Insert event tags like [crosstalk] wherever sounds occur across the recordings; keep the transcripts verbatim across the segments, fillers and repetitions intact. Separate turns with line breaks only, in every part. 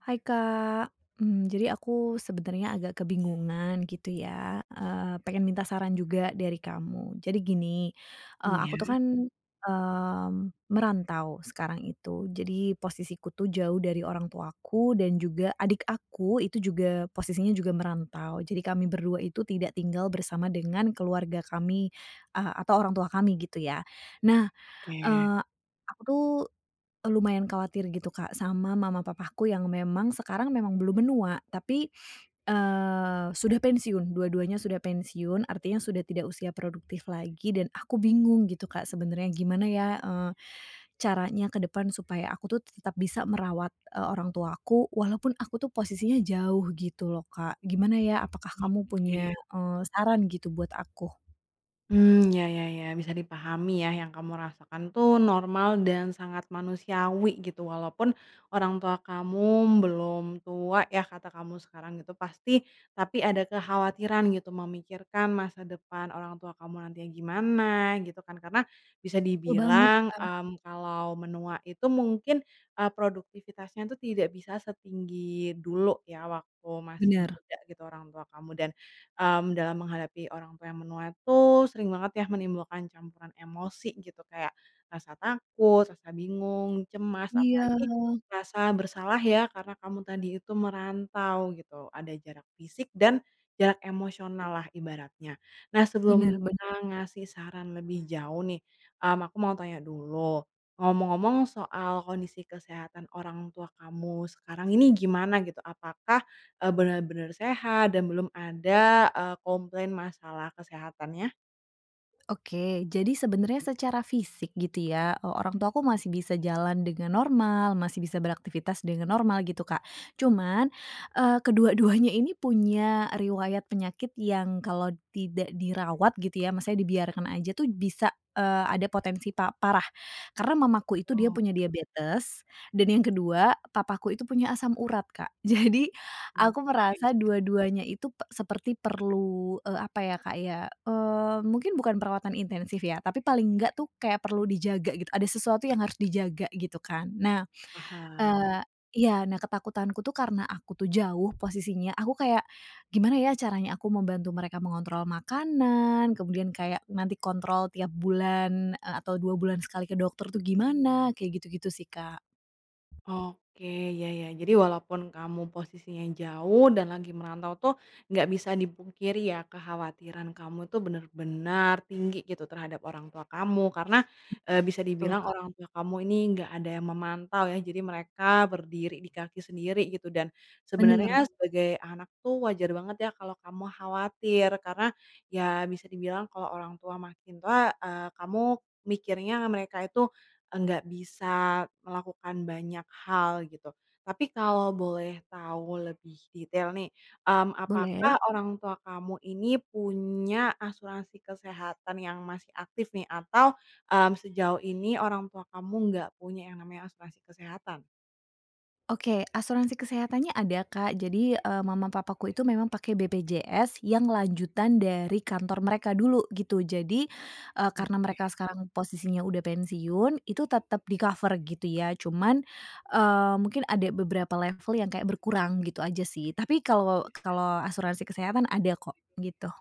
Hai Kak, mmm, jadi aku sebenarnya agak kebingungan gitu ya, eee, pengen minta saran juga dari kamu. Jadi gini, eee,
Mmm,
aku tuh
ya,
kan, mmm, merantau sekarang itu. Jadi posisiku tuh jauh dari orang tuaku dan juga adik aku itu juga posisinya juga merantau. Jadi kami berdua itu tidak tinggal bersama dengan keluarga kami, eee, atau orang tua kami gitu ya. Nah,
oke.
eee, aku tuh lumayan khawatir gitu Kak, sama mama papaku yang memang sekarang memang belum menua, tapi, eee, sudah pensiun, dua-duanya sudah pensiun, artinya sudah tidak usia produktif lagi dan aku bingung gitu Kak sebenarnya gimana ya, eee, caranya ke depan supaya aku tuh tetap bisa merawat, eee, orang tuaku walaupun aku tuh posisinya jauh gitu loh Kak. Gimana ya, apakah kamu punya, eee, saran gitu buat aku?
Mmm, ya ya ya, bisa dipahami ya yang kamu rasakan tuh normal dan sangat manusiawi gitu, walaupun orang tua kamu belum tua ya kata kamu sekarang gitu pasti, tapi ada kekhawatiran gitu memikirkan masa depan orang tua kamu nantinya gimana gitu kan. Karena bisa
Betul banget.
dibilang, mmm, kalau menua itu mungkin, eee, produktivitasnya tuh tidak bisa setinggi dulu ya waktu masih
Benar.
muda gitu orang tua kamu dan mmm, dalam menghadapi orang tua yang menua tuh sering banget ya menimbulkan campuran emosi gitu, kayak rasa takut, rasa bingung, cemas,
Iya,
apalagi rasa bersalah ya karena kamu tadi itu merantau gitu. Ada jarak fisik dan jarak emosional lah ibaratnya. Nah, sebelum
benar
kita
bener.
ngasih saran lebih jauh nih, mmm, aku mau tanya dulu, ngomong-ngomong soal kondisi kesehatan orang tua kamu sekarang ini gimana gitu? Apakah Eee, benar-benar sehat dan belum ada, eee, komplain masalah kesehatannya?
Oke, jadi sebenarnya secara fisik gitu ya, eee, orang tua aku masih bisa jalan dengan normal, masih bisa beraktivitas dengan normal gitu, Kak. Cuman, eee, kedua-duanya ini punya riwayat penyakit yang kalau tidak dirawat gitu ya, maksudnya dibiarkan aja tuh bisa, eee, ada potensi pa parah. Karena mamaku itu dia
Oh,
punya diabetes dan yang kedua papaku itu punya asam urat, Kak. [laughs] Jadi Aku
oke,
merasa dua-duanya itu pe seperti perlu, eee, apa ya, Kak, ya, eee, mungkin bukan perawatan intensif ya, tapi paling enggak tuh kayak perlu dijaga gitu, ada sesuatu yang harus dijaga gitu kan. Nah,
paham.
eee iya, nah ketakutanku tuh karena aku tuh jauh posisinya, aku kayak gimana ya caranya aku membantu mereka mengontrol makanan, kemudian kayak nanti kontrol tiap bulan, eee, atau dua bulan sekali ke dokter tuh gimana, kayak gitu-gitu sih, Kak.
Oke, ya, ya. Jadi walaupun kamu posisinya jauh dan lagi merantau tuh nggak bisa dipungkiri ya kekhawatiran kamu itu benar-benar tinggi gitu terhadap orang tua kamu karena, eee, bisa
Betul,
dibilang
Kak.
orang tua kamu ini nggak ada yang memantau ya, jadi mereka berdiri di kaki sendiri gitu dan
Bener,
sebenarnya sebagai anak tuh wajar banget ya kalau kamu khawatir karena ya bisa dibilang kalau orang tua makin tua, eee, kamu mikirnya mereka itu nggak bisa melakukan banyak hal gitu. Tapi kalau boleh tahu lebih detail nih, mmm, apakah
boleh.
orang tua kamu ini punya asuransi kesehatan yang masih aktif nih atau, mmm, sejauh ini orang tua kamu nggak punya yang namanya asuransi kesehatan?
Oke, asuransi kesehatannya ada, Kak. Jadi, eee, mama papaku itu memang pakai B P J S yang lanjutan dari kantor mereka dulu, gitu. Jadi, eee, karena
Oke.
mereka sekarang posisinya udah pensiun, itu tetap di-cover gitu ya. Cuman, eee, mungkin ada beberapa level yang kayak berkurang gitu aja sih. Tapi kalau kalau asuransi kesehatan ada kok, gitu.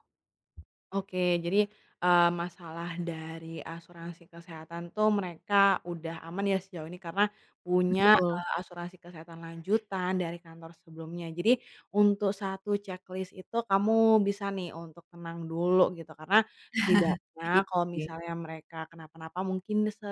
Oke, jadi, eee, masalah dari asuransi kesehatan tuh mereka udah aman ya sejauh ini karena punya,
Betul.
eee, asuransi kesehatan lanjutan dari kantor sebelumnya. Jadi untuk satu checklist itu kamu bisa nih untuk tenang dulu gitu, karena setidaknya
Iya
kalau
sih.
misalnya mereka kenapa-napa mungkin se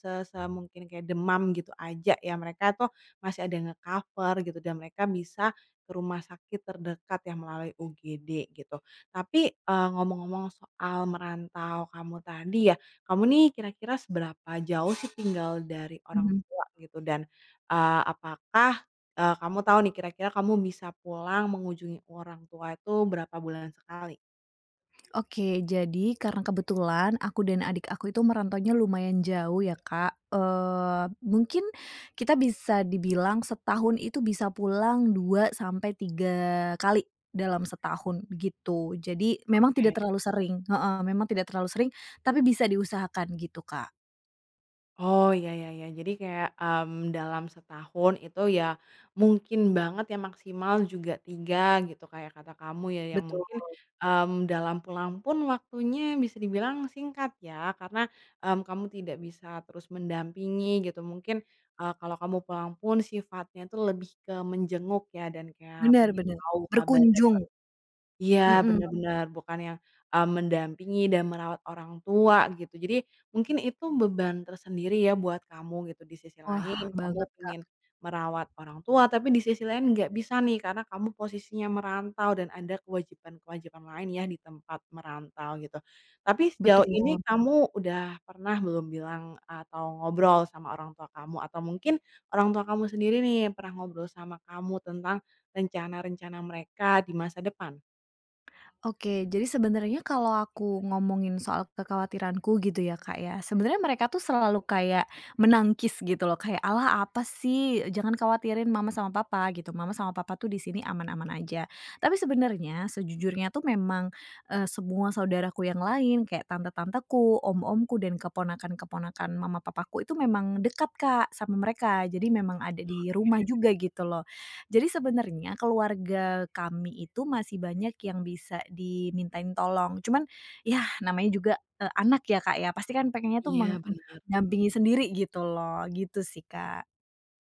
se semungkin kayak demam gitu aja ya, mereka tuh masih ada yang nge-cover gitu dan mereka bisa ke rumah sakit terdekat ya melalui U G D gitu. Tapi, eee, ngomong-ngomong soal merantau kamu tadi ya, kamu nih kira-kira seberapa jauh sih tinggal dari orang
Mhm.
tua gitu? Dan, eee, apakah, eee, kamu tahu nih kira-kira kamu bisa pulang mengunjungi orang tua itu berapa bulan sekali?
Oke, jadi karena kebetulan aku dan adik aku itu merantaunya lumayan jauh ya, Kak. Eee, mungkin kita bisa dibilang setahun itu bisa pulang dua sampai tiga kali dalam setahun, gitu. Jadi memang tidak terlalu sering heeh, memang tidak terlalu sering, tapi bisa diusahakan gitu, Kak.
Oh, ya, ya, ya. Jadi kayak, mmm, dalam setahun itu ya mungkin banget ya maksimal juga tiga gitu kayak kata kamu ya, yang
Betul,
mungkin, mmm, dalam pulang pun waktunya bisa dibilang singkat ya karena, mmm, kamu tidak bisa terus mendampingi gitu. Mungkin, eee, kalau kamu pulang pun sifatnya itu lebih ke menjenguk ya dan kayak
bener
pengen
bener,
tahu kabar dari.
berkunjung,
Iya,
mhm,
benar-benar bukan yang, eee, mendampingi dan merawat orang tua gitu. Jadi mungkin itu beban tersendiri ya buat kamu gitu. Di sisi
wah
lain kamu
banget, Kak,
ingin merawat orang tua, tapi di sisi lain nggak bisa nih karena kamu posisinya merantau dan ada kewajiban-kewajiban lain ya di tempat merantau gitu. Tapi sejauh ini
betul.
kamu udah pernah belum bilang atau ngobrol sama orang tua kamu? Atau mungkin orang tua kamu sendiri nih pernah ngobrol sama kamu tentang rencana-rencana mereka di masa depan?
Oke, jadi sebenarnya kalau aku ngomongin soal kekhawatiranku gitu ya, Kak, ya, sebenarnya mereka tuh selalu kayak menangkis gitu loh, kayak, "Allah apa sih, jangan khawatirin mama sama papa," gitu, "Mama sama papa tuh di sini aman-aman aja." Tapi sebenarnya sejujurnya tuh memang, eee, semua saudaraku yang lain kayak tante-tanteku, om-omku, dan keponakan-keponakan mama papaku itu memang dekat, Kak, sama mereka. Jadi memang ada di rumah juga gitu loh. Jadi sebenarnya keluarga kami itu masih banyak yang bisa dimintain tolong, cuman ya namanya juga, eee, anak ya, Kak, ya, pasti kan pengennya tuh meng
Iya, benar.
mendampingi sendiri gitu loh, gitu sih, Kak.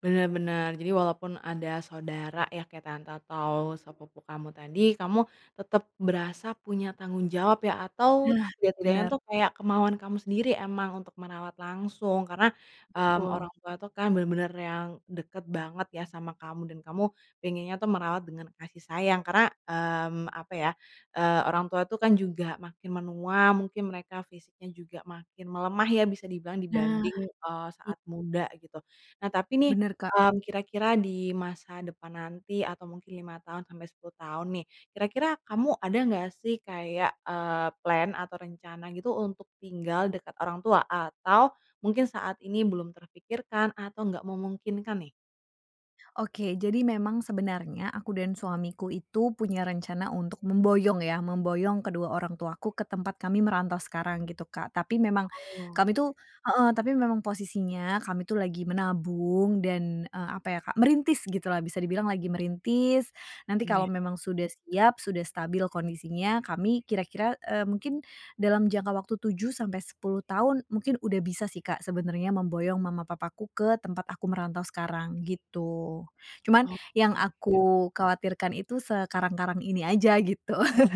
benar-benar Jadi walaupun ada saudara ya kayak tante atau sepupu kamu tadi, kamu tetap berasa punya tanggung jawab ya atau
Nah,
setidak-tidaknya
bener,
tuh kayak kemauan kamu sendiri emang untuk merawat langsung karena, mmm,
betul.
orang tua tuh kan benar-benar yang deket banget ya sama kamu dan kamu pengennya tuh merawat dengan kasih sayang karena, mmm, apa ya, eee, orang tua tuh kan juga makin menua, mungkin mereka fisiknya juga makin melemah ya bisa dibilang
Nah,
dibanding, eee,
i
saat muda gitu. Nah tapi nih,
bener, Kak.
Mmm, kira-kira di masa depan nanti atau mungkin lima tahun sampai sepuluh tahun nih, kira-kira kamu ada nggak sih kayak, eee, plan atau rencana gitu untuk tinggal dekat orang tua? Atau mungkin saat ini belum terpikirkan atau nggak memungkinkan nih?
Oke, jadi memang sebenarnya aku dan suamiku itu punya rencana untuk memboyong ya, memboyong kedua orang tuaku ke tempat kami merantau sekarang gitu, Kak. Tapi memang
Oh,
kami tuh heeh, tapi memang posisinya kami tuh lagi menabung dan, eee, apa ya, Kak, merintis gitulah, bisa dibilang lagi merintis. Nanti
iya,
kalau memang sudah siap, sudah stabil kondisinya, kami kira-kira, eee, mungkin dalam jangka waktu tujuh sampai sepuluh tahun mungkin udah bisa sih, Kak, sebenarnya memboyong mama papaku ke tempat aku merantau sekarang, gitu. Cuman yang
oke.
aku khawatirkan itu sekarang-karang ini aja gitu. [laughs]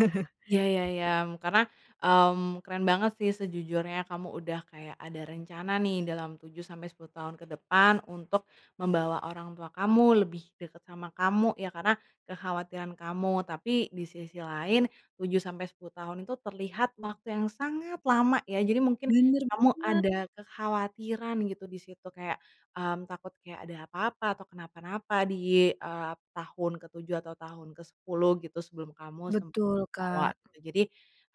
Iya iya iya, mmm, karena, mmm, keren banget sih sejujurnya kamu udah kayak ada rencana nih dalam tujuh sampai sepuluh tahun ke depan untuk membawa orang tua kamu lebih dekat sama kamu ya karena kekhawatiran kamu. Tapi di sisi lain tujuh sampai sepuluh tahun itu terlihat waktu yang sangat lama ya. Jadi mungkin
Bener
kamu ada kekhawatiran gitu di situ kayak, mmm, takut kayak ada apa-apa atau kenapa-napa di, eee, tahun ke tujuh atau tahun ke sepuluh gitu sebelum kamu sem
betul,
Jawa
Kak.
gitu. Jadi,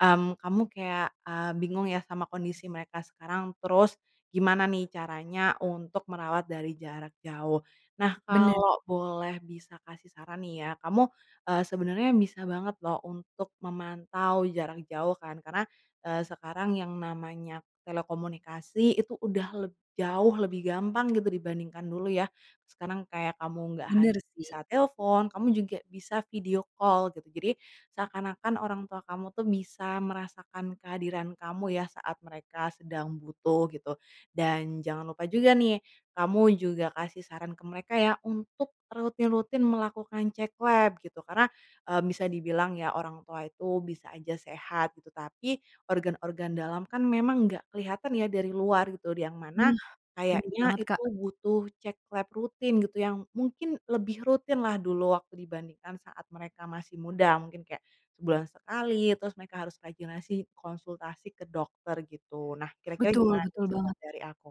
mmm, kamu kayak, eee, bingung ya sama kondisi mereka sekarang, terus gimana nih caranya untuk merawat dari jarak jauh. Nah,
Bener
kalau boleh bisa kasih saran nih ya, kamu, eee, sebenarnya bisa banget loh untuk memantau jarak jauh kan, karena, eee, sekarang yang namanya telekomunikasi itu udah leb jauh lebih gampang gitu dibandingkan dulu ya. Sekarang kayak kamu nggak
bener
hanya
sih.
bisa telepon, kamu juga bisa video call gitu. Jadi seakan-akan orang tua kamu tuh bisa merasakan kehadiran kamu ya saat mereka sedang butuh gitu. Dan jangan lupa juga nih, kamu juga kasih saran ke mereka ya untuk rutin-rutin melakukan cek lab gitu karena, eee, bisa dibilang ya orang tua itu bisa aja sehat gitu tapi organ-organ dalam kan memang nggak kelihatan ya dari luar gitu yang mana
Nah, bener
kayaknya
banget,
itu
Kak.
butuh cek lab rutin gitu yang mungkin lebih rutin lah dulu waktu dibandingkan saat mereka masih muda mungkin kayak sebulan sekali, terus mereka harus rajin-rajin konsultasi ke dokter gitu. Nah, kira-kira
Betul
gimana nih
betul
saran
banget.
dari aku?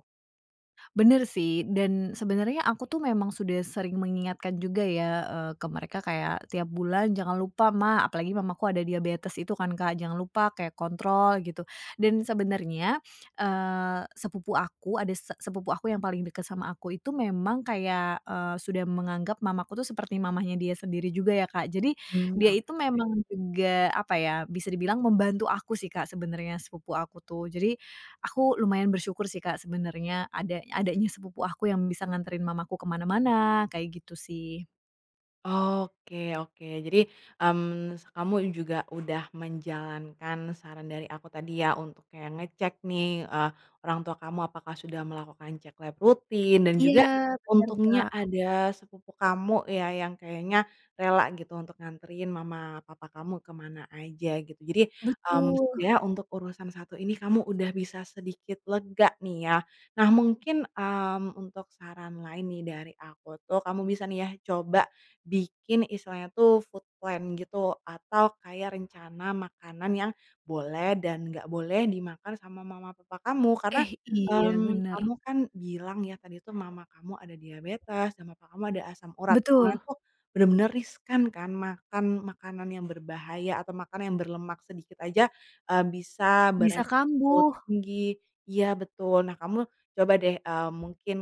Bener sih, dan sebenarnya aku tuh memang sudah sering mengingatkan juga ya, eee, ke mereka kayak, "Tiap bulan jangan lupa Ma," apalagi mamaku ada diabetes itu kan Kak, "jangan lupa kayak kontrol," gitu. Dan sebenarnya, eee, sepupu aku, ada se sepupu aku yang paling dekat sama aku itu memang kayak, eee, sudah menganggap mamaku tuh seperti mamahnya dia sendiri juga ya Kak. Jadi, dia
Mmm,
itu memang juga, apa ya, bisa dibilang membantu aku sih Kak sebenarnya sepupu aku tuh. Jadi, Aku lumayan bersyukur sih, Kak, sebenarnya ada adanya sepupu aku yang bisa nganterin mamaku ke mana-mana, kayak gitu sih.
Oke oke. Jadi, mmm, kamu juga udah menjalankan saran dari aku tadi ya, untuk kayak ngecek nih, eee, orang tua kamu apakah sudah melakukan cek lab rutin dan juga
Iya, bener,
untungnya
Kak.
ada sepupu kamu ya, yang kayaknya rela gitu untuk nganterin mama papa kamu kemana aja gitu. Jadi, mmm,
Betul.
setidaknya untuk urusan satu ini kamu udah bisa sedikit lega nih ya. Nah mungkin, mmm, untuk saran lain nih dari aku tuh, kamu bisa nih ya coba bikin istilahnya tuh food plan gitu atau kayak rencana makanan yang boleh dan nggak boleh dimakan sama mama papa kamu. Karena,
Eh, iya,
mmm,
bener.
kamu kan bilang ya tadi tuh mama kamu ada diabetes dan papa kamu ada asam urat, yang mana
Betul,
tuh bener-bener riskan kan makan makanan yang berbahaya atau makanan yang berlemak sedikit aja, eee, bisa
bisa
beresiko
kambuh.
tinggi. Iya betul. Nah kamu coba deh, eee, mungkin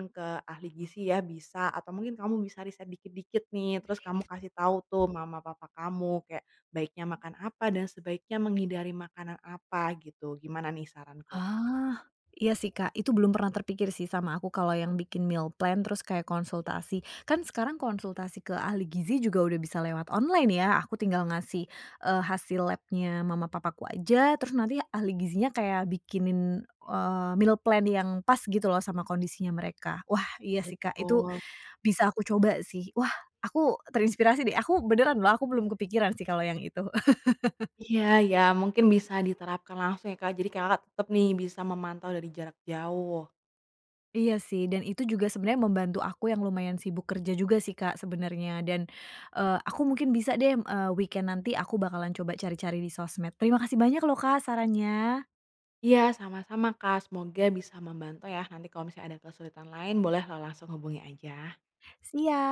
ahli gizi ya bisa atau mungkin kamu bisa riset dikit-dikit nih, terus kamu kasih tahu tuh mama papa kamu kayak baiknya makan apa dan sebaiknya menghindari makanan apa gitu. Gimana nih saranku?
Ah, iya sih, Kak, itu belum pernah terpikir sih sama aku kalau yang bikin meal plan terus kayak konsultasi. Kan sekarang konsultasi ke ahli gizi juga udah bisa lewat online ya, aku tinggal ngasih, eee, hasil labnya mama papaku aja, terus nanti ahli gizinya kayak bikinin, eee, meal plan yang pas gitu loh sama kondisinya mereka. Wah, iya sih, Kak, itu
Betul.
bisa aku coba sih. Wah, aku terinspirasi deh, aku beneran loh, aku belum kepikiran sih kalau yang itu.
Iya, ya mungkin bisa diterapkan langsung ya Kak, jadi Kakak tetap nih bisa memantau dari jarak jauh.
Iya sih, dan itu juga sebenarnya membantu aku yang lumayan sibuk kerja juga sih, Kak, sebenarnya dan, eee, aku mungkin bisa deh, eee, weekend nanti aku bakalan coba cari-cari di sosmed. Terima kasih banyak loh, Kak, sarannya.
Iya, sama-sama Kak, semoga bisa membantu ya nanti kalau misalnya ada kesulitan lain boleh lo langsung hubungi aja.
Siap.